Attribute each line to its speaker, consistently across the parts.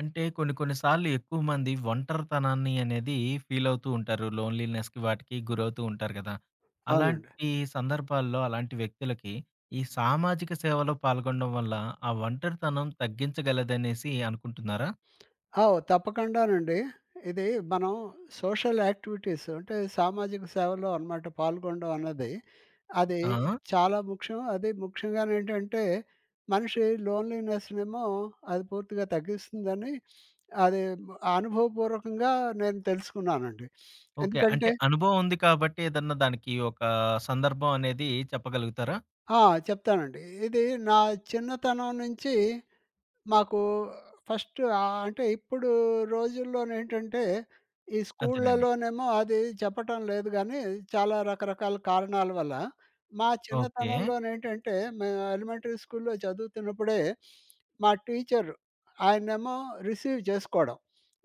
Speaker 1: అంటే కొన్ని కొన్ని సార్లు ఎక్కువ మంది ఒంటరితనాన్ని అనేది ఫీల్ అవుతూ ఉంటారు. లోన్‌లీనెస్‌కి వాటికి గురవుతూ ఉంటారు కదా!
Speaker 2: అవునండి.
Speaker 1: అలాంటి సందర్భాల్లో అలాంటి వ్యక్తులకి ఈ సామాజిక సేవలో పాల్గొనడం వల్ల ఆ ఒంటరితనం తగ్గించగలదనేసి అనుకుంటున్నారా?
Speaker 2: ఆ! ఓహ్! తప్పకుండానండి. ఇది మనం సోషల్ యాక్టివిటీస్ అంటే సామాజిక సేవలో అనమాట పాల్గొనడం అన్నది. అది
Speaker 1: ఆ! ఆ!
Speaker 2: చాలా ముఖ్యం. అది ముఖ్యంగానేంటంటే మనిషి లోన్లీనెస్‌నేమో అది పూర్తిగా తగ్గిస్తుందని అది అనుభవపూర్వకంగా నేను తెలుసుకున్నానండి.
Speaker 1: ఓకే. అంటే
Speaker 2: ఎందుకంటే
Speaker 1: అనుభవం ఉంది కాబట్టి ఏదన్నా దానికి ఒక సందర్భం అనేది చెప్పగలుగుతారా?
Speaker 2: ఆ! చెప్తానండి. ఇది నా చిన్నతనం నుంచి మాకు ఫస్ట్ అంటే ఇప్పుడు రోజుల్లోనేంటంటే, ఈ
Speaker 1: అదేనండి.
Speaker 2: స్కూళ్ళలోనేమో అది చెప్పటం లేదు గానీ, చాలా రకరకాల కారణాల వల్ల, మా
Speaker 1: ఓకే.
Speaker 2: చిన్నతనంలోనేంటంటే, మేము ఎలిమెంటరీ స్కూల్‌లో చదువుతున్నప్పుడే, మా టీచరు ఆయన్నేమో రిసీవ్ చేసుకోవడం.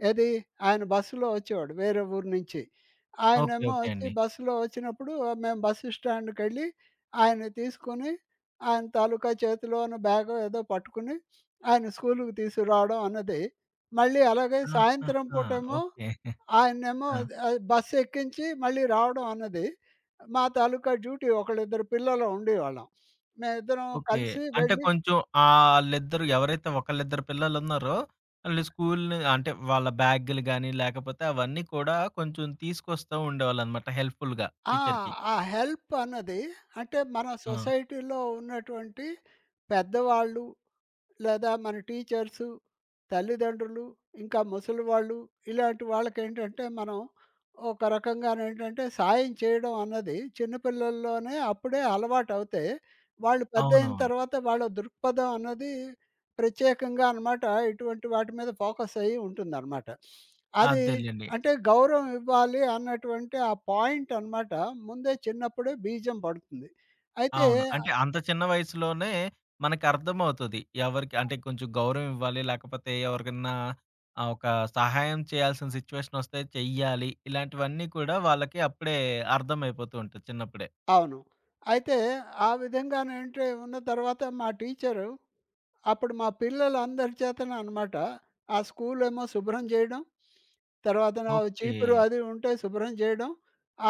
Speaker 2: ఏది? ఆయన బస్సులో వచ్చేవాడు వేరే ఊరు నుంచి.
Speaker 1: ఓకే.
Speaker 2: ఆయనేమో
Speaker 1: ఓకే
Speaker 2: వచ్చి
Speaker 1: అండి.
Speaker 2: బస్సులో వచ్చినప్పుడు మేము బస్సు స్టాండ్‌కెళ్ళి ఆయన్ని తీసుకొని, ఆయన తాలూకా చేతిలోని బ్యాగో ఏదో పట్టుకుని ఆయన స్కూలుకి తీసుకురావడం అన్నది. మళ్ళీ అలాగే సాయంత్రం
Speaker 1: ఆహాహా!
Speaker 2: పూటేమో
Speaker 1: ఓకే.
Speaker 2: ఆయన్నేమో
Speaker 1: ఆ!
Speaker 2: అది బస్సు ఎక్కించి మళ్ళీ రావడం అన్నది. మా తాలూకా డ్యూటీ ఒకళ్ళిద్దరు పిల్లలు ఉండేవాళ్ళం. మేమిద్దరం
Speaker 1: ఓకే.
Speaker 2: కలిసి
Speaker 1: అంటే
Speaker 2: వెళ్ళి
Speaker 1: కొంచెం ఆ! ఆళ్ళిద్దరు ఎవరైతే ఒకళ్ళిద్దరు పిల్లలున్నారో, ఆళ్ళు స్కూల్‌ని అంటే వాళ్ళ బ్యాగులు గాని, లేకపోతే అవన్నీ కూడా కొంచెం తీసుకొస్తా ఉండేవాళ్ళనమాట హెల్ప్‌ఫుల్‌గా
Speaker 2: ఆ!
Speaker 1: టీచర్‌కి.
Speaker 2: ఆ హెల్ప్ అన్నది అంటే మన
Speaker 1: ఆ!
Speaker 2: సొసైటీలో ఉన్నటువంటి పెద్దవాళ్ళు లేదా మన టీచర్సు, తల్లిదండ్రులు, ఇంకా ముసలివాళ్ళు ఇలాంటి వాళ్ళకేంటంటే మనం ఒక రకంగానేంటంటే సాయం చేయడం అన్నది చిన్నపిల్లల్లోనే అప్పుడే అలవాటవుతే వాళ్ళు పెద్దయిన
Speaker 1: అవునవును.
Speaker 2: తర్వాత వాళ్ళ దృక్పథం అన్నది ప్రత్యేకంగా అనమాట ఇటువంటి వాటి మీద ఫోకస్ అయ్యి ఉంటుందనమాట. అది
Speaker 1: అదేలెండి.
Speaker 2: అంటే గౌరవం ఇవ్వాలి అన్నటువంటి ఆ పాయింట్ అనమాట ముందే చిన్నప్పుడే బీజం పడుతుంది. అయితే
Speaker 1: అవును. అంటే అంత చిన్న వయసులోనే మనకర్థమవుతది. ఎవరికి అంటే కొంచెం గౌరవం ఇవ్వాలి, లేకపోతే ఎవరికన్నా ఒక సహాయం చేయాల్సిన సిచ్యువేషనొస్తే చెయ్యాలి. ఇలాంటివన్నీ కూడా వాళ్ళకి అప్పుడే అర్థమైపోతూ ఉంటది చిన్నప్పుడే.
Speaker 2: అవును. అయితే ఆ విధంగాను ఎంట్రీ ఉన్న తర్వాత మా టీచరు అప్పుడు మా పిల్లలందరి చేతన అనమాట. ఆ స్కూలేమో శుభ్రం చేయడం. తర్వాతన
Speaker 1: ఓకే.
Speaker 2: చీపురు అది ఉంటే శుభ్రం చేయడం.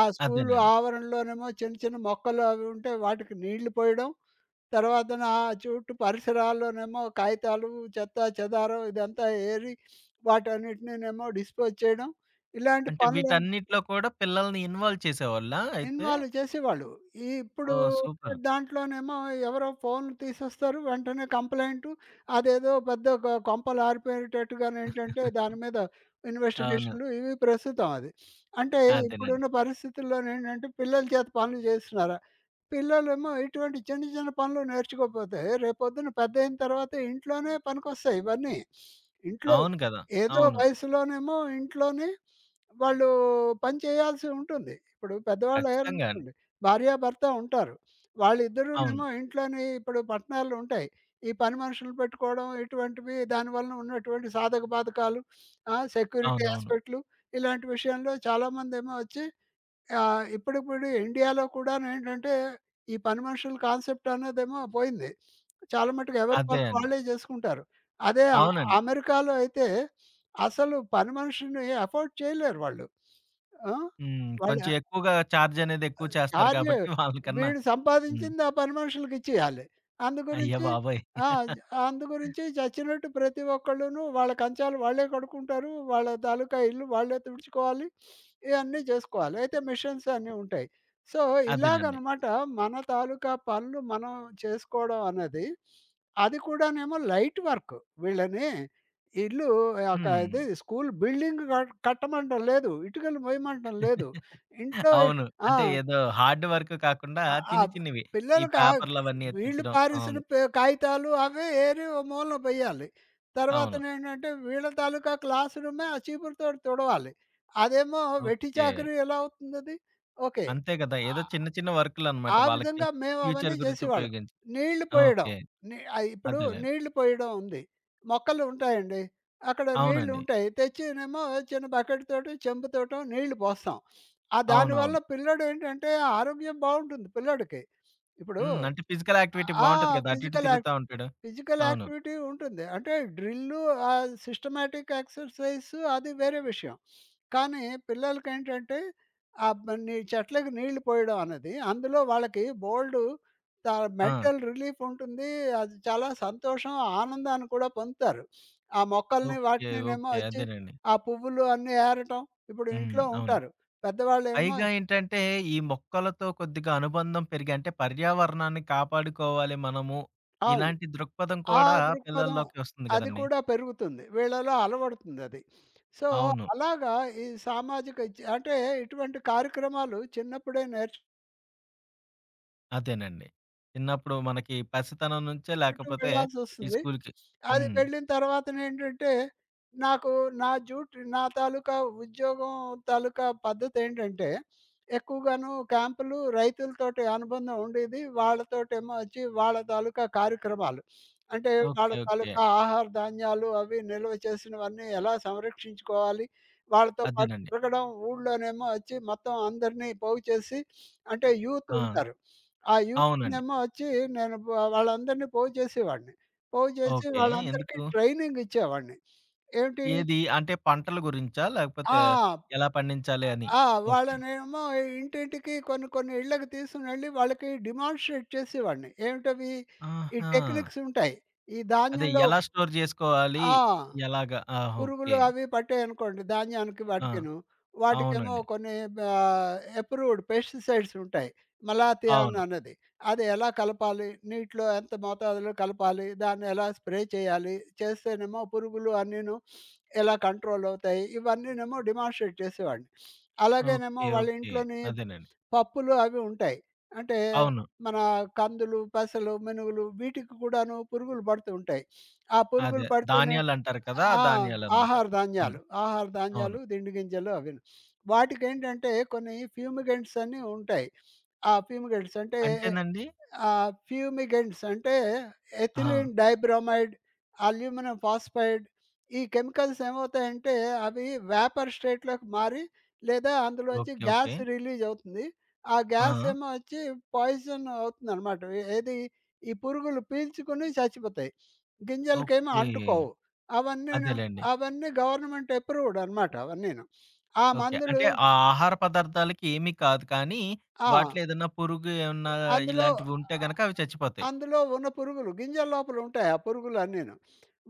Speaker 2: ఆ స్కూలు
Speaker 1: అదేనండి.
Speaker 2: ఆవరణలోనేమో చిన్న చిన్న మొక్కలు అవి ఉంటే వాటికి నీళ్లు పోయడం. తర్వాతన ఆ చుట్టూ పరిసరాల్లోనేమో కాగితాలు, చెత్త చెదారం ఇదంతా ఏరి వాటన్నిటినీనేమో డిస్పోజ్ చేయడం. ఇలాంటి
Speaker 1: అంటే
Speaker 2: పనులన్
Speaker 1: వీటన్నిటిలో కూడా పిల్లల్ని ఇన్వాల్వ్ చేసేవాళ్ళా అయితే?
Speaker 2: ఇన్వాల్వ్ చేసేవాళ్ళు. ఈ ఇప్పుడు
Speaker 1: ఓహ్! సూపర్.
Speaker 2: దాంట్లోనేమో ఎవరో ఫోన్ తీసేస్తారు. వెంటనే కంప్లెయింటు అదేదో పెద్ద గ కొంపలారిపోయేటట్టుగానేంటంటే దాని మీద
Speaker 1: అవును.
Speaker 2: ఇన్వెస్టిగేషన్‌లు ఇవి ప్రస్తుతం అది. అంటే
Speaker 1: అదేనండి.
Speaker 2: ఇప్పుడున్న పరిస్థితుల్లోనేంటంటే పిల్లల చేత పనులు చేయిస్తున్నారా? పిల్లలేమో ఇటువంటి చిన్న చిన్న పనులు నేర్చుకోకపోతే రేపొద్దున పెద్దయిన తర్వాత ఇంట్లోనే పనికొస్తాయి ఇవన్నీ. ఇంట్లో
Speaker 1: అవును కదా!
Speaker 2: ఏదో
Speaker 1: అవును.
Speaker 2: వయసులోనేమో ఇంట్లోనే వాళ్ళు పని చేయాల్సి ఉంటుంది. ఇప్పుడు
Speaker 1: ఖచ్చితంగా అండి.
Speaker 2: పెద్దవాళ్ళయ్యారనుకోండి, భార్యాభర్త ఉంటారు.
Speaker 1: అవును.
Speaker 2: వాళ్ళిద్దరూనేమో ఇంట్లోని ఇప్పుడు పట్టణాల్లో ఉంటాయి. ఈ పని మనుషులు పెట్టుకోవడం ఇటువంటివి దానివలన ఉన్నటువంటి సాధక బాధకాలు, సెక్యూరిటీ
Speaker 1: అవునవును.
Speaker 2: ఆస్పెక్ట్‌లు ఇలాంటి విషయంలో చాలామందేమో వచ్చి ఇప్పుడిప్పుడు ఇండియాలో కూడానేంటంటే, ఈ పని మనుషుల కాన్సెప్ట్ అన్నదేమో పోయింది. చాలా మటుకు ఎవరి
Speaker 1: అదే
Speaker 2: పనులు
Speaker 1: అండి.
Speaker 2: వాళ్ళే జేసుకుంటారు. అదే అ
Speaker 1: అవునండి.
Speaker 2: అమెరికాలో అయితే అసలు పని మనిషిని అఫోర్డ్ చేయలేరు వాళ్ళు. ఆ!
Speaker 1: హ్మ్.
Speaker 2: వాళ్ళ
Speaker 1: కొంచెం ఎక్కువగా చార్జ్ అనేది ఎక్కువ చేస్తారు
Speaker 2: చార్జ్
Speaker 1: కాబట్టి వాళ్ళకన్నా
Speaker 2: వీడు
Speaker 1: హ్మ్.
Speaker 2: సంపాదించింది ఆ పని మనుషులకి ఇచ్చేయాలి. అందు
Speaker 1: అయ్య
Speaker 2: గురించి
Speaker 1: బాబోయ్!
Speaker 2: ఆ! అందు గురించి చచ్చినట్టు ప్రతి ఒక్కళ్ళును వాళ్ళ కంచాలు వాళ్ళే కడుక్కుంటారు. వాళ్ళ తాలూకా ఇల్లు వాళ్ళే తుడుచుకోవాలి. ఇయన్నీ చేసుకోవాలి. అయితే మిషన్స్ అన్నీ ఉంటాయి. సో,
Speaker 1: అదేనండి.
Speaker 2: ఇలాగనమాట మన తాలూకా పనులు మనం చేసుకోవడం అన్నది, అది కూడానేమో లైట్ వర్క్. వీళ్ళని ఇల్లు ఒక
Speaker 1: హ్మ్.
Speaker 2: ఇది స్కూల్ బిల్డింగ్ కట్టమంటం లేదు. ఇటుకలు మొయమంటం లేదు. ఇంట్లో
Speaker 1: అవును.
Speaker 2: ఆ!
Speaker 1: అంటే ఏదో హార్డ్ వర్క్ కాకుండా
Speaker 2: ఆ! ఆ!
Speaker 1: చిన్ని చిన్నివి. ఈ
Speaker 2: పిల్లలకి ఆ
Speaker 1: పేపర్‌లు అవన్నీ
Speaker 2: వీళ్ళు
Speaker 1: ఎత్తించడం.
Speaker 2: పారేసిన
Speaker 1: అవును.
Speaker 2: కాగితాలు అవి ఏరి ఓ మూలన వెయ్యాలి.
Speaker 1: అవును.
Speaker 2: తర్వాతనేంటంటే వీళ్ళ తాలూకా క్లాస్ రూమే ఆ చీపురుతోటి తుడవాలి. అదేమో వెట్టి
Speaker 1: ఓకే.
Speaker 2: చాకిరీ ఎలా అవుతుందది? ఓకే.
Speaker 1: అంతే గదా!
Speaker 2: ఆ!
Speaker 1: ఏదో చిన్న చిన్న వర్కులనమాట
Speaker 2: ఆ
Speaker 1: వాళ్ళకి.
Speaker 2: విధంగా మేము
Speaker 1: ఫ్యూచర్
Speaker 2: అవన్నీ
Speaker 1: గురించి
Speaker 2: చేసేవాళ్ళం.
Speaker 1: ఉపయోగించి.
Speaker 2: నీళ్లు పోయడం.
Speaker 1: ఓకే.
Speaker 2: ఇప్పుడు
Speaker 1: అదేలెండి.
Speaker 2: నీళ్లు పోయడం ఉంది. మొక్కలు ఉంటాయండి. అక్కడ నీళ్లు
Speaker 1: అవునండి.
Speaker 2: ఉంటాయి. తెచ్చినేమో చిన్న బకెట్ తోటో, చెంబు తోటో నీళ్లు పోస్తాం. ఆ దానివల్ల
Speaker 1: అవునవును.
Speaker 2: పిల్లోడు ఏంటంటే ఆరోగ్యం బావుంటుంది పిల్లోడికి. ఇప్పుడు
Speaker 1: హ్మ్. అంటే ఫిజికల్ యాక్టివిటీ
Speaker 2: ఆ!
Speaker 1: బావుంటది కదా! అటు ఇటు
Speaker 2: ఫిజికల్
Speaker 1: తిరుగుతా
Speaker 2: యాక్టివ్
Speaker 1: ఉంటాడు.
Speaker 2: ఫిజికల్
Speaker 1: అవును.
Speaker 2: యాక్టివిటీ ఉంటుంది. అంటే డ్రిల్లు, ఆ సిస్టమాటిక్ ఎక్సర్‌సైజు అది వేరే విషయం. కానీ పిల్లలకేంటంటే ఆహ్, బ్ నీ చెట్లకి నీళ్లు పోయడం అన్నది, అందులో వాళ్ళకి బోలెడు త
Speaker 1: ఆ!
Speaker 2: మెంటల్ రిలీఫ్ ఉంటుంది. అది చాలా సంతోషం, ఆనందాన్ని కూడా పొందుతారు. ఆ మొక్కల్ని
Speaker 1: ఓకే.
Speaker 2: వాటినినేమో
Speaker 1: ఓకే.
Speaker 2: వచ్చి
Speaker 1: అదేనండి.
Speaker 2: ఆ పువ్వులు అన్నీ ఏరటం ఇప్పుడు
Speaker 1: హ్మ్.
Speaker 2: ఇంట్లో
Speaker 1: అవును.
Speaker 2: ఉంటారు. పెద్దవాళ్ళేమో
Speaker 1: పైగా ఏంటంటే ఈ మొక్కలతో కొద్దిగా అనుబంధం పెరిగి అంటే పర్యావరణాన్ని కాపాడుకోవాలి మనము.
Speaker 2: అవును.
Speaker 1: ఇలాంటి దృక్పథం
Speaker 2: ఆ
Speaker 1: కూడా
Speaker 2: దృక్పథం
Speaker 1: పిల్లల్లోకి వస్తుంది
Speaker 2: అది
Speaker 1: గదండీ.
Speaker 2: కూడా పెరుగుతుంది. వీళ్ళలో అలవడుతుందది. సో,
Speaker 1: అవును.
Speaker 2: అలాగా ఈ సామాజిక అంటే ఇటువంటి కార్యక్రమాలు చిన్నప్పుడే నేర్చు
Speaker 1: అదేనండి. చిన్నప్పుడు మనకి పసితనం నుంచే
Speaker 2: చుట్టూ
Speaker 1: లేకపోతే ఈ
Speaker 2: వెళ్ళాల్సొస్తుంది.
Speaker 1: స్కూలుకి
Speaker 2: అది
Speaker 1: హ్మ్.
Speaker 2: వెళ్ళిన తర్వాతనేంటంటే, నాకు నా తాలూకా ఉద్యోగం తాలూకా పద్ధతేంటంటే, ఎక్కువగాను క్యాంపులు రైతులతోటి అనుబంధం ఉండేది. వాళ్ళతోటేమో వచ్చి వాళ్ళ తాలూకా కార్యక్రమాలు. అంటే
Speaker 1: ఓకే.
Speaker 2: వాళ్ళ
Speaker 1: ఓకే.
Speaker 2: తాలూకా ఆహార ధాన్యాలు అవి నిల్వ చేసినవన్నీ ఎలా సంరక్షించుకోవాలి, వాళ్ళతో పాటు
Speaker 1: అదేనండి.
Speaker 2: తిరగడం, ఊళ్ళోనేమో వచ్చి మొత్తం అందరినీ పోగు చేసి అంటే యూత్
Speaker 1: ఆ!
Speaker 2: ఉంటారు. ఆ యూ
Speaker 1: అవునండి.
Speaker 2: నేమో వచ్చి నేను వాళ్ళందరిని పోగు చేసేవాడిని. పోగు చేసి
Speaker 1: ఓకే.
Speaker 2: వాళ్ళందరికీ
Speaker 1: ఎందుకు?
Speaker 2: ట్రైనింగ్ ఇచ్చేవాడిని. ఏంటి
Speaker 1: ఏది అంటే పంటల గురించా?
Speaker 2: ఆ!
Speaker 1: లేకపోతే ఎలా పండించాలి అని?
Speaker 2: ఆ!
Speaker 1: ఓకే.
Speaker 2: వాళ్ళనేమో ఇంటింటికి కొన్ని కొన్ని ఇళ్ళకి తీసుకునెళ్ళి వాళ్ళకి డెమాన్‌స్ట్రేట్ చేసేవాడిని. ఏమిటవి? ఈ
Speaker 1: ఆహా!
Speaker 2: టెక్నిక్స్ ఉంటాయి. ఈ
Speaker 1: అదే
Speaker 2: ధాన్యంలో
Speaker 1: ఎలా స్టోర్ జేసుకోవాలి?
Speaker 2: ఆ!
Speaker 1: ఎలాగా? ఆహా!
Speaker 2: పురుగులు
Speaker 1: ఓకే.
Speaker 2: అవి పట్టాయనుకోండి ధాన్యానికి
Speaker 1: ఆ!
Speaker 2: వాటికిను. వాటికేమో
Speaker 1: అవునండి.
Speaker 2: కొన్ని అప్రూవ్డ్ పెస్టిసైడ్స్ ఉంటాయి. మలాథియాన్
Speaker 1: అవును.
Speaker 2: అన్నది. అది ఎలా కలపాలి? నీటిలో ఎంత మోతాదులో కలపాలి? దాన్ని ఎలా స్ప్రే చేయాలి? చేస్తేనేమో పురుగులు అన్నీను ఎలా కంట్రోల్ అవుతాయి? ఇవన్నీనేమో డెమాన్‌స్ట్రేట్ చేసేవాడిని. అలాగేనేమో
Speaker 1: ఓకే.
Speaker 2: వాళ్ళ
Speaker 1: ఓకే.
Speaker 2: ఇంట్లోని
Speaker 1: అదేనండి.
Speaker 2: పప్పులు అవి ఉంటాయి. అంటే
Speaker 1: అవును.
Speaker 2: మన కందులు, పెసలు, మినుగులు వీటికి కూడాను పురుగులు పడుతూ ఉంటాయి. ఆ పురుగులు
Speaker 1: అదే.
Speaker 2: పడితేనే
Speaker 1: ధాన్యాలంటారు కదా! ఆ
Speaker 2: ఆ!
Speaker 1: ధాన్యాలనమాట.
Speaker 2: ఆహార
Speaker 1: హ్మ్.
Speaker 2: ధాన్యాలు. ఆహార
Speaker 1: అవును.
Speaker 2: ధాన్యాలు, తిండి గింజలు అవిను. వాటికేంటంటే కొన్ని ఫ్యూమిగెంట్స్ అని ఉంటాయి. ఆ ఫ్యూమిగెంట్స్ అంటే
Speaker 1: అంటేనండి
Speaker 2: ఆ ఫ్యూమిగెంట్స్ అంటే
Speaker 1: ఆ!
Speaker 2: ఎథిలిన్ డైబ్రోమైడ్, అల్యూమినియం ఫాస్ఫైడ్ ఈ కెమికల్స్ ఏమవుతాయంటే అవి వేపర్ స్టేట్‌లోకి మారి లేదా అందులోంచి
Speaker 1: ఓకే. ఓకే.
Speaker 2: గ్యాస్ రిలీజ్ అవుతుంది. ఆ గ్యాస్
Speaker 1: ఆ!
Speaker 2: ఏమో వచ్చి పాయిజన్ అవుతుందనమాట. ఏది ఈ పురుగులు పీల్చుకొని చచ్చిపోతాయి. గింజలకేమో
Speaker 1: ఓకే.
Speaker 2: అంటుకోవు. అవన్నీను
Speaker 1: అదేలెండి.
Speaker 2: అవన్నీ గవర్నమెంట్ అప్రూవ్డ్ అనమాట అవన్నీను. ఆ
Speaker 1: ఓకే.
Speaker 2: మందులు
Speaker 1: అంటే ఆ ఆహార పదార్థాలకి ఏమీ కాదు కానీ,
Speaker 2: ఆ!
Speaker 1: వాటిలో ఏదన్నా పురుగు ఏమన్నా
Speaker 2: అందులో
Speaker 1: ఇలాంటివి ఉంటే గనక అవి చచ్చిపోతాయి.
Speaker 2: అందులో ఉన్న పురుగులు గింజల లోపల ఉంటాయి ఆ పురుగులు అన్నీను.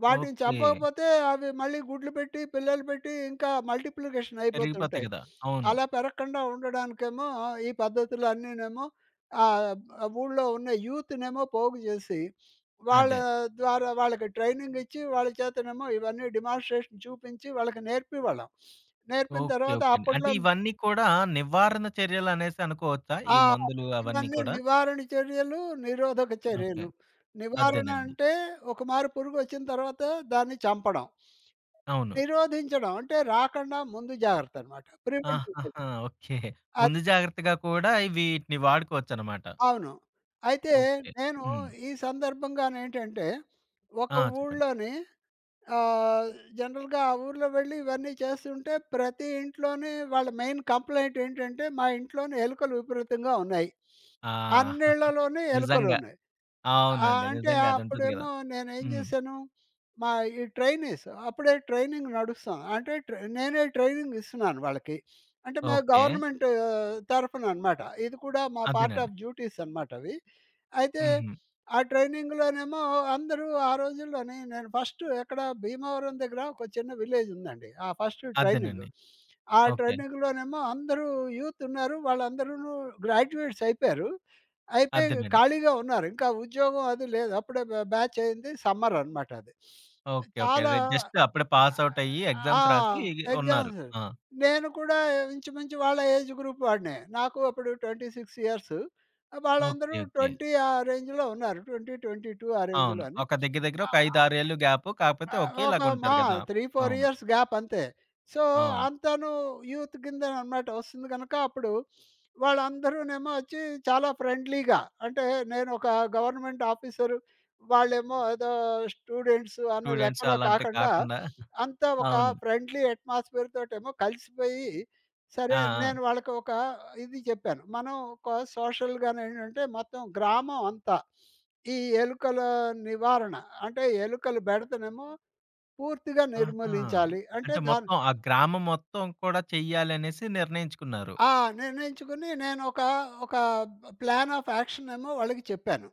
Speaker 2: వాటిని
Speaker 1: ఓకే.
Speaker 2: చంపకపోతే అవి మళ్ళీ గుడ్లు పెట్టి, పిల్లలు పెట్టి ఇంకా మల్టిప్లికేషన్
Speaker 1: పెరిగిపోతాయి
Speaker 2: అయిపోతుంటాయి.
Speaker 1: గదా! అవును.
Speaker 2: అలా పెరగకుండా ఉండడానికేమో ఈ పద్ధతులు అన్నీనేమో ఆహ్, ఊళ్ళో ఉన్న యూత్‌నేమో పోగు చేసి, వాళ్ళ
Speaker 1: అదే.
Speaker 2: ద్వారా వాళ్ళకి ట్రైనింగ్ ఇచ్చి, వాళ్ళ చేతనేమో ఇవన్నీ డెమోన్‌స్ట్రేషన్ చూపించి వాళ్ళకి నేర్పేవాళ్ళం. నేర్పిన
Speaker 1: ఓకే.
Speaker 2: తర్వాత
Speaker 1: ఓకే అండి. అంటే
Speaker 2: అప్పట్లో
Speaker 1: ఇవన్నీ కూడా నివారణ చర్యలనేసి అనుకోవచ్చా? ఈ
Speaker 2: ఆ!
Speaker 1: మందులు అవన్నీ
Speaker 2: ఇవన్నీ
Speaker 1: కూడా?
Speaker 2: నివారణ చర్యలు, నిరోధక
Speaker 1: ఓకే.
Speaker 2: చర్యలు. నివారణ
Speaker 1: అదేనండి.
Speaker 2: అంటే ఒక మారు పురుగొచ్చిన తర్వాత దాన్ని చంపడం.
Speaker 1: అవును.
Speaker 2: నిరోధించడం అంటే రాకుండా ముందు జాగ్రత్తనమాట. ప్రివెంటివ్.
Speaker 1: ఆహాహా! ఓకే.
Speaker 2: అది.
Speaker 1: ముందు జాగ్రత్తగా కూడా ఇవి వీటిని వాడుకోవచ్చనమాట.
Speaker 2: అవును. అయితే
Speaker 1: ఓకే.
Speaker 2: నేను
Speaker 1: హ్మ్.
Speaker 2: ఈ సందర్భంగానేంటంటే ఒక
Speaker 1: ఆ! చెప్పండి.
Speaker 2: ఊళ్ళోని ఆహ్, జనరల్‌గా ఆ ఊర్లో వెళ్ళి ఇవన్నీ చేస్తుంటే ప్రతి ఇంట్లోని వాళ్ళ మెయిన్ కంప్లెయింట్ ఏంటంటే మా ఇంట్లోని ఎలుకలు విపరీతంగా ఉన్నాయి.
Speaker 1: ఆ!
Speaker 2: అన్నిళ్ళలోని
Speaker 1: నిజంగా.
Speaker 2: ఎలుకలున్నాయి.
Speaker 1: అవునండి.
Speaker 2: అంటే
Speaker 1: నిజంగా అదుంటది గదా!
Speaker 2: అప్పుడేమో నేనేం
Speaker 1: హ్మ్.
Speaker 2: జేశాను, మా ఈ ట్రైనీస్ అప్పుడే ట్రైనింగ్ నడుస్తుంది. అంటే నేనే ట్రైనింగ్ ఇస్తున్నాను వాళ్ళకి. అంటే మా
Speaker 1: ఓకే.
Speaker 2: గవర్నమెంట్ తరఫున అనమాట. ఇది కూడా మా పార్ట్
Speaker 1: అదేనండి.
Speaker 2: ఆఫ్ డ్యూటీస్ అనమాట అవి. అయితే
Speaker 1: హుహు.
Speaker 2: ఆ ట్రైనింగ్‌లోనేమో అందరూ ఆ రోజుల్లోని నేను ఫస్ట్ ఎక్కడ భీమవరం దగ్గర ఒక చిన్న విలేజ్ ఉందండి. ఆ ఫస్ట్ ట్రైనింగ్.
Speaker 1: అదేనండి.
Speaker 2: ఆ
Speaker 1: ఓకే.
Speaker 2: ట్రైనింగ్‌లోనేమో అందరూ యూత్ ఉన్నారు. వాళ్ళందరూను గ్రాడ్యుయేట్స్ అయిపోయారు. అయిపోయి
Speaker 1: అదేనండి.
Speaker 2: ఖాళీగా ఉన్నారు. ఇంకా ఉద్యోగం అది లేదు. అప్పుడే బ్యాచ్ అయింది. సమ్మర్ అనమాట అది.
Speaker 1: ఓకే. ఓకే.
Speaker 2: చాలా
Speaker 1: అదే జస్ట్ అప్పుడే పాస్ ఔట్ అయ్యి
Speaker 2: ఆ!
Speaker 1: ఎగ్జామ్స్ రాసి ఉన్నారు.
Speaker 2: ఎగ్జామ్స్.
Speaker 1: ఆ!
Speaker 2: నేను కూడా ఇంచుమించు వాళ్ళ ఏజ్ గ్రూప్ వాడినే. నాకు అప్పుడు 26 ఇయర్స్. వాళ్ళందరూ
Speaker 1: ఓకే. ఓకే.
Speaker 2: 20 ఆ రేంజ్‌లో ఉన్నారు. 20, 22 ఆ
Speaker 1: అవును.
Speaker 2: రేంజ్‌లో అని.
Speaker 1: ఒక దగ్గర దగ్గర
Speaker 2: ఆ!
Speaker 1: ఒక 5,
Speaker 2: ఆ!
Speaker 1: 6 ఏళ్ళు గ్యాప్. కాకపోతే
Speaker 2: ఆ! ఒక మా
Speaker 1: ఒకేలాగుంటారు కదా!
Speaker 2: 3, 4
Speaker 1: అవును.
Speaker 2: ఇయర్స్ గ్యాప్ అంతే. సో,
Speaker 1: అవును.
Speaker 2: అంతాను యూత్ కింద అన్నమాట వస్తుంది గనక అప్పుడు వాళ్ళందరూనేమో వచ్చి చాలా ఫ్రెండ్లీగా అంటే నేనొక గవర్నమెంట్ ఆఫీసరు, వాళ్ళేమో ఏదో స్టూడెంట్స్ అనే
Speaker 1: స్టూడెంట్స్
Speaker 2: లెక్కలో
Speaker 1: అలాంటివి
Speaker 2: కాకుండా
Speaker 1: కాకుండా
Speaker 2: అంతా ఒక
Speaker 1: అవును.
Speaker 2: ఫ్రెండ్లీ అట్మాస్ఫియర్ తోటేమో కలిసిపోయి,
Speaker 1: ఆ!
Speaker 2: సరే
Speaker 1: ఆ!
Speaker 2: నేను వాళ్ళకి ఒక ఇది చెప్పాను. మనం ఒక సోషల్‌గానేంటంటే మొత్తం గ్రామం అంతా ఈ ఎలుకల నివారణ అంటే ఎలుకలు బెడతనేమో పూర్తిగా
Speaker 1: ఆహా!
Speaker 2: నిర్మూలించాలి. అంటే
Speaker 1: అంటే
Speaker 2: దాన్ని
Speaker 1: మొత్తం ఆ గ్రామం మొత్తం కూడా చెయ్యాలనేసి నిర్ణయించుకున్నారు.
Speaker 2: ఆ! నిర్ణయించుకుని నేనొక ఒక ఒక ప్లాన్ ఆఫ్ యాక్షన్ ఏమో వాళ్ళకి చెప్పాను.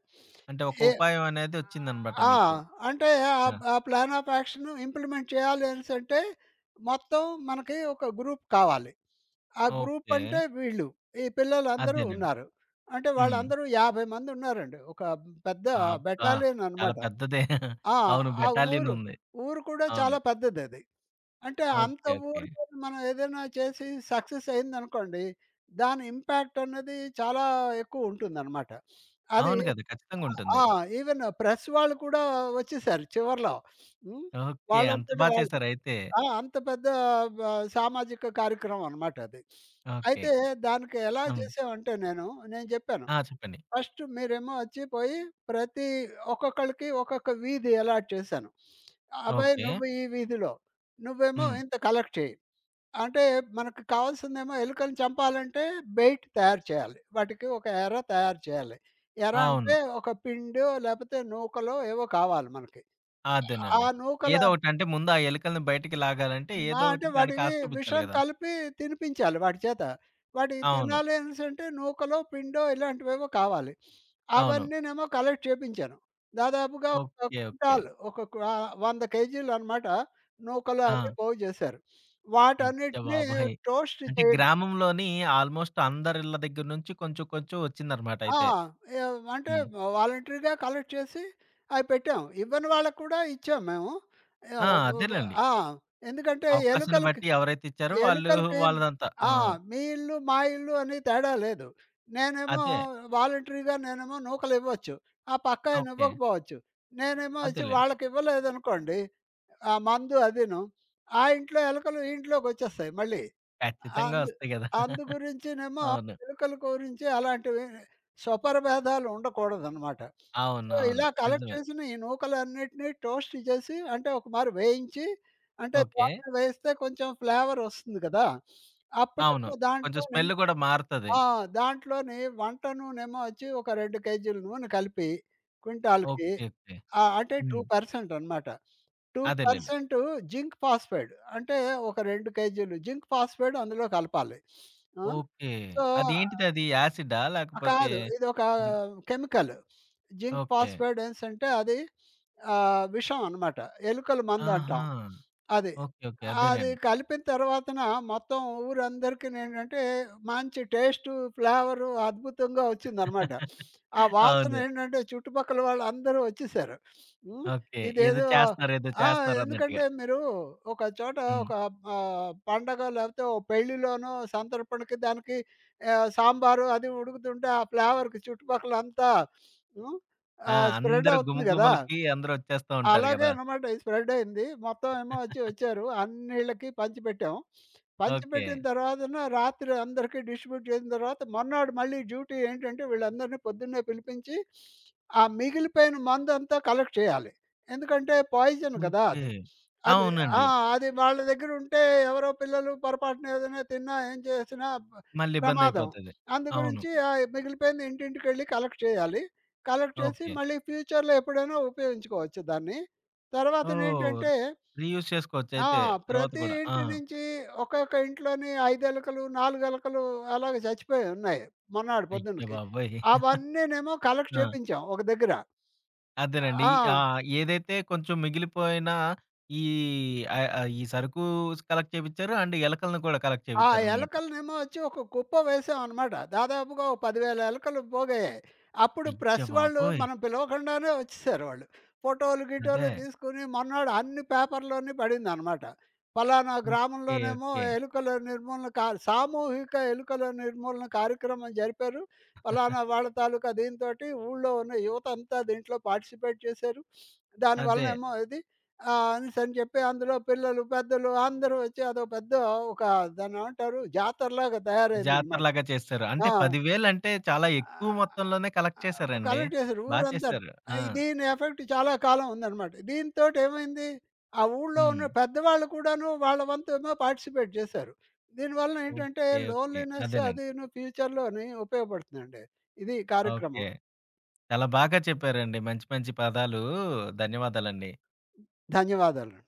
Speaker 1: అంటే ఒక
Speaker 2: ఏ
Speaker 1: ఉపాయం అనేది వచ్చిందనమాట
Speaker 2: ఆ!
Speaker 1: మీకు.
Speaker 2: అంటే ఆ
Speaker 1: యాహ్!
Speaker 2: ఆ ప్లాన్ ఆఫ్ యాక్షన్ ఇంప్లిమెంట్ చేయాలి అనేసంటే మొత్తం మనకి ఒక గ్రూప్ కావాలి. ఆ గ్రూప్
Speaker 1: ఓకే.
Speaker 2: అంటే వీళ్ళు. ఈ పిల్లలందరూ
Speaker 1: అదేనండి.
Speaker 2: ఉన్నారు. అంటే
Speaker 1: హ్మ్.
Speaker 2: వాళ్ళందరూ 50 మంది ఉన్నారండి. ఒక పెద్ద
Speaker 1: అబ్బా!
Speaker 2: బెటాలియన్
Speaker 1: చాలా
Speaker 2: అనమాట.
Speaker 1: పెద్దదే.
Speaker 2: ఆ!
Speaker 1: అవును.
Speaker 2: ఆ
Speaker 1: బెటాలియన్
Speaker 2: ఊరు
Speaker 1: ఉంది.
Speaker 2: ఊరు కూడా చాలా
Speaker 1: అవును.
Speaker 2: పెద్దదది. అంటే అంత
Speaker 1: ఓకే. ఓకే.
Speaker 2: ఊర్లో మనం ఏదైనా చేసి సక్సెస్ అయిందనుకోండి. దాని ఇంపాక్ట్ అన్నది చాలా ఎక్కువుంటుందనమాట. అది
Speaker 1: అవును కదా! ఖచ్చితంగా
Speaker 2: ఆ!
Speaker 1: ఉంటుంది.
Speaker 2: ఆ! ఈవెన్ ప్రెస్ వాళ్ళు కూడా వచ్చేసారు చివర్లో. హ్మ్.
Speaker 1: ఓకే. అంత
Speaker 2: వాళ్ళంతట
Speaker 1: బా
Speaker 2: వాళ్ళు.
Speaker 1: చేశారయితే.
Speaker 2: అంత పెద్ద బ సామాజిక కార్యక్రమం అనమాట అది.
Speaker 1: ఓకే.
Speaker 2: అయితే దానికి ఎలా
Speaker 1: హ్మ్.
Speaker 2: చేసామంటే నేను, నేను చెప్పాను.
Speaker 1: ఆ! చెప్పండి.
Speaker 2: ఫస్ట్ మీరేమో వచ్చి పోయి ప్రతి ఒక్కొక్కళ్ళకి ఒక్కొక్క వీధి అలాట్ చేశాను. "అబ్బాయి
Speaker 1: ఓకే.
Speaker 2: నువ్వు ఈ వీధిలో, నువ్వేమో
Speaker 1: హ్మ్.
Speaker 2: ఇంత కలెక్ట్ చెయ్యి." అంటే మనకు కావాల్సిందేమో ఎలుకలను చంపాలంటే బెయిట్ తయారు చేయాలి. వాటికి ఒక ఎర తయారు చేయాలి. ఎర
Speaker 1: అవును.
Speaker 2: అంటే ఒక పిండో, లేకపోతే నూకలో ఏవో కావాలి మనకి. ఆ
Speaker 1: అదేనండి.
Speaker 2: నూకల
Speaker 1: ఏదో ఒకటి అంటే ముందు ఆ ఎలుకలను బయటికి లాగాలంటే
Speaker 2: బా
Speaker 1: ఏదో ఒకటి
Speaker 2: అంటే
Speaker 1: దానికి
Speaker 2: వాటికి
Speaker 1: ఆశ చూపించాలి
Speaker 2: విషం
Speaker 1: గదా!
Speaker 2: కలిపి తినిపించాలి వాటి చేత. వాటికి
Speaker 1: అవును.
Speaker 2: తినాలి అనేసంటే నూకలో, పిండో ఇలాంటివేవో కావాలి.
Speaker 1: అవును.
Speaker 2: అవన్నీనేమో కలెక్ట్ చేపించాను. దాదాపుగా ఒక
Speaker 1: ఓకే. ఓకే.
Speaker 2: క్వింటాల్ ఒక క్వ 100 కేజీలనమాట నూకలు
Speaker 1: ఆ!
Speaker 2: అన్నీ పోగు చేశారు.
Speaker 1: అయ్య
Speaker 2: వాటన్నిటిని
Speaker 1: బాబోయ్!
Speaker 2: టోస్ట్
Speaker 1: అంటే
Speaker 2: చేయడం
Speaker 1: గ్రామంలోని ఆల్మోస్ట్ అందరిళ్ళ దగ్గర నుంచి కొంచెం కొంచెం వచ్చిందన్నమాట
Speaker 2: ఆ!
Speaker 1: అయితే.
Speaker 2: యావ్ అంటే
Speaker 1: హ్మ్.
Speaker 2: వాలంటరీగా కలెక్ట్ చేసి అవి పెట్టాం. ఇవ్వని వాళ్ళకి కూడా ఇచ్చాం మేము.
Speaker 1: ఆ!
Speaker 2: యావ్ వ వ
Speaker 1: అదేలెండి.
Speaker 2: ఆ! ఎందుకంటే
Speaker 1: అవకాశాన్ని
Speaker 2: ఎలుకలకి
Speaker 1: బట్టి ఎవరైతే ఇచ్చారో వాళ్ళు
Speaker 2: ఎలుకలకి
Speaker 1: వాళ్ళదంతా. ఆ!
Speaker 2: ఆ! మీ ఇల్లు, మా ఇల్లు అని తేడా లేదు. నేనేమో
Speaker 1: అదే.
Speaker 2: వాలంటరీగా నేనేమో నూకలివ్వచ్చు. ఆ పక్కాయన
Speaker 1: ఓకే.
Speaker 2: ఇవ్వకపోవచ్చు. నేనేమో వచ్చి
Speaker 1: అదేలెండి.
Speaker 2: వాళ్ళకివ్వలేదనుకోండి, ఆ మందు అదీను, ఆ ఇంట్లో ఎలుకలు ఈ ఇంట్లోకొచ్చేస్తాయి మళ్ళీ.
Speaker 1: ఖచ్చితంగా
Speaker 2: అందు
Speaker 1: వస్తాయి గదా!
Speaker 2: అందు గురించినేమో
Speaker 1: అవును.
Speaker 2: ఎలుకల గురించి అలాంటివి స్వపరభేదాలు ఉండకూడదనమాట. సో,
Speaker 1: అవునవును.
Speaker 2: ఇలా కలెక్ట్
Speaker 1: నిజమే.
Speaker 2: చేసిన ఈ నూకలన్నిటిని టోస్ట్ చేసి అంటే ఒక మారు వేయించి అంటే
Speaker 1: ఓకే.
Speaker 2: దోసలో వేస్తే కొంచెం ఫ్లేవర్ వస్తుంది కదా!
Speaker 1: అవును.
Speaker 2: అప్పుడేమో
Speaker 1: కొంచెం
Speaker 2: దాంట్లోని
Speaker 1: స్మెల్ గూడా మారుతది.
Speaker 2: ఆ! దాంట్లోని వంట నూనేమో వచ్చి ఒక 2 కేజీల నూనె కలిపి క్వింటాల్‌కి
Speaker 1: ఓకే. ఓకే.
Speaker 2: అంటే
Speaker 1: హ్మ్.
Speaker 2: 2% అనమాట.
Speaker 1: అదేలెండి.
Speaker 2: 2% జింక్ ఫాస్ఫేట్ అంటే ఒక 2 కేజీలు జింక్ ఫాస్ఫేట్ అందులో కలపాలి. ఆ!
Speaker 1: ఓకే.
Speaker 2: సో
Speaker 1: అదేంటిదది యాసిడా?
Speaker 2: ఆ!
Speaker 1: లేకపోతే
Speaker 2: కాదు. ఇదొక
Speaker 1: జి
Speaker 2: కెమికల్. Zinc
Speaker 1: okay.
Speaker 2: ఫాస్‌ఫైడెన్స్ అంటే అది విషం అనమాట. ఎలుకల మందంటాం.
Speaker 1: ఆహా!
Speaker 2: అది.
Speaker 1: ఓకే. ఓకే.
Speaker 2: అది
Speaker 1: అదేనండి.
Speaker 2: కలిపిన తర్వాతన మొత్తం ఊరందరికినేంటంటే మంచి టేస్టు, ఫ్లేవరు అద్భుతంగా వచ్చిందనమాట. ఆ
Speaker 1: అవును.
Speaker 2: వాసనేంటంటే చుట్టుపక్కల వాళ్ళందరూ వచ్చేసారు. హ్మ్.
Speaker 1: ఓకే. ఏదో
Speaker 2: ఇదేదో
Speaker 1: చేస్తున్నారు, ఏదో
Speaker 2: ఆ!
Speaker 1: చేస్తున్నారు అన్నట్టుగా.
Speaker 2: ఎందుకంటే మీరు ఒక చోట
Speaker 1: హ్మ్.
Speaker 2: ఒక పండగ లేకపోతే ఓ పెళ్ళిలోనో సంతర్పణకి దానికి సాంబారు అది ఉడుకుతుంటే ఆ ఫ్లేవర్‌కి చుట్టుపక్కలంతా హ్మ్.
Speaker 1: ఆ!
Speaker 2: స్ప్రెడ్
Speaker 1: అందరూ
Speaker 2: అవుతుంది గదా!
Speaker 1: గుమగుమలకి అందరూ వచ్చేస్తా ఉంటారు
Speaker 2: అలాగే
Speaker 1: గదా!
Speaker 2: అన్నమాట ఇది స్ప్రెడ్ అయింది. మొత్తం ఏమో వచ్చి వచ్చారు. అన్నిళ్ళకి పంచిపెట్టాం.
Speaker 1: ఓకే.
Speaker 2: పంచిపెట్టిన తర్వాతన రాత్రి అందరికీ డిస్ట్రిబ్యూట్ చేసిన తర్వాత మర్నాడు మళ్ళీ డ్యూటీ ఏంటంటే వీళ్ళందరినీ పొద్దున్నే పిలిపించి ఆ మిగిలిపోయిన మందంతా కలెక్ట్ చేయాలి. ఎందుకంటే పాయిజన్ గదా!
Speaker 1: ఓకే.
Speaker 2: అది. అది ఆ!
Speaker 1: అవునండి.
Speaker 2: అది వాళ్ళ దగ్గరుంటే ఎవరో పిల్లలు పొరపాటున ఏదైనా తిన్నా, ఏం చేసినా
Speaker 1: మళ్ళీ
Speaker 2: ప్రమాదం.
Speaker 1: ఇబ్బందయిపోతది.
Speaker 2: అందు
Speaker 1: అవును.
Speaker 2: గురించి మిగిలిపోయింది ఇంటింటికెళ్ళి కలెక్ట్ చేయాలి. కలెక్ట్ చేసి
Speaker 1: ఓకే.
Speaker 2: మళ్ళీ ఫ్యూచర్‌లో ఎప్పుడైనా ఉపయోగించుకోవచ్చు దాన్ని.
Speaker 1: ఓహ్!
Speaker 2: తర్వాతనేంటంటే
Speaker 1: రీయూజ్
Speaker 2: ఆ!
Speaker 1: చేసుకోవచ్చయితే తర్వాత
Speaker 2: ప్రతి
Speaker 1: కూడా. ఆ!
Speaker 2: ఇంటి నుంచి ఒక్కొక్క ఇంట్లోని 5 ఎలకలు, 4 ఎలకలు అలాగ చచ్చిపోయాయి ఉన్నాయి. మొన్నాడు
Speaker 1: అయ్య
Speaker 2: పొద్దునకి.
Speaker 1: బాబోయ్!
Speaker 2: అవన్నీనేమో కలెక్ట్
Speaker 1: ఆ!
Speaker 2: చేపించాం ఒక దగ్గర.
Speaker 1: అదేనండి. ఈ
Speaker 2: ఆ!
Speaker 1: ఏదైతే కొంచెం మిగిలిపోయినా ఈ ఆహ్, ఆహ్, ఈ సరుకు కలెక్ట్ చేపిచ్చారు. అండ్ ఎలకలను కూడా కలెక్ట్
Speaker 2: ఆ
Speaker 1: చేపిచ్చారనమాట.
Speaker 2: ఎలకలనేమో వచ్చి ఒక కుప్ప వేసామనమాట. దాదాపుగా ఓ 10,000 ఎలకలు పోగయ్యాయి. అప్పుడు
Speaker 1: అయ్య
Speaker 2: ప్రెస్ వాళ్ళు
Speaker 1: బాబోయ్!
Speaker 2: మనం పిలవకుండానే వచ్చేసారు వాళ్ళు. ఫోటోలు,
Speaker 1: అదే.
Speaker 2: గిటోలు తీసుకొని మొన్నాడు అన్ని పేపర్‌లోని పడిందనమాట. పలానా
Speaker 1: ఓకే.
Speaker 2: గ్రామంలోనేమో
Speaker 1: ఓకే.
Speaker 2: ఎలుకల నిర్మూలన సామూహిక ఎలుకల నిర్మూలన కార్యక్రమం జరిపారు. పలానా వాళ్ళ తాలూకా దీనితోటి ఊళ్ళో ఉన్న యువత అంతా దీంట్లో పార్టిసిపేట్ చేశారు.
Speaker 1: అదే.
Speaker 2: దానివలనేమో ఇది అనేసని చెప్పి అందులో పిల్లలు, పెద్దలు అందరూ వచ్చి అదో పెద్ద ఒక దాన్నేమంటారు జాతరలాగా తయారైందనమాట.
Speaker 1: జాతరలాగా చేస్తారు. అంటే
Speaker 2: ఆ!
Speaker 1: 10,000 అంటే చాలా ఎక్కువ మొత్తంలోనే కలెక్ట్ చేశారండి.
Speaker 2: కలెక్ట్ చేశారు
Speaker 1: బా
Speaker 2: ఊరంతా.
Speaker 1: చేశారు. ఆ!
Speaker 2: దీని ఎఫెక్ట్ చాలా కాలం ఉందనమాట. దీనితోటి ఏమైంది ఆ ఊళ్ళో
Speaker 1: హ్మ్.
Speaker 2: ఉన్న పెద్దవాళ్ళు కూడాను వాళ్ళ వంతేమో పార్టిసిపేట్ చేశారు. దీనివలన ఏంటంటే
Speaker 1: ఓకే. ఓకే.
Speaker 2: లోన్లీనెస్
Speaker 1: అదేనండి.
Speaker 2: అదీను ఫ్యూచర్‌లోని ఉపయోగపడుతుందండి. ఇది ఈ
Speaker 1: ఓకే.
Speaker 2: కార్యక్రమం.
Speaker 1: చాలా బాగా చెప్పారండి. మంచి మంచి పదాలు. ధన్యవాదాలండి.
Speaker 2: ధన్యవాదాలు.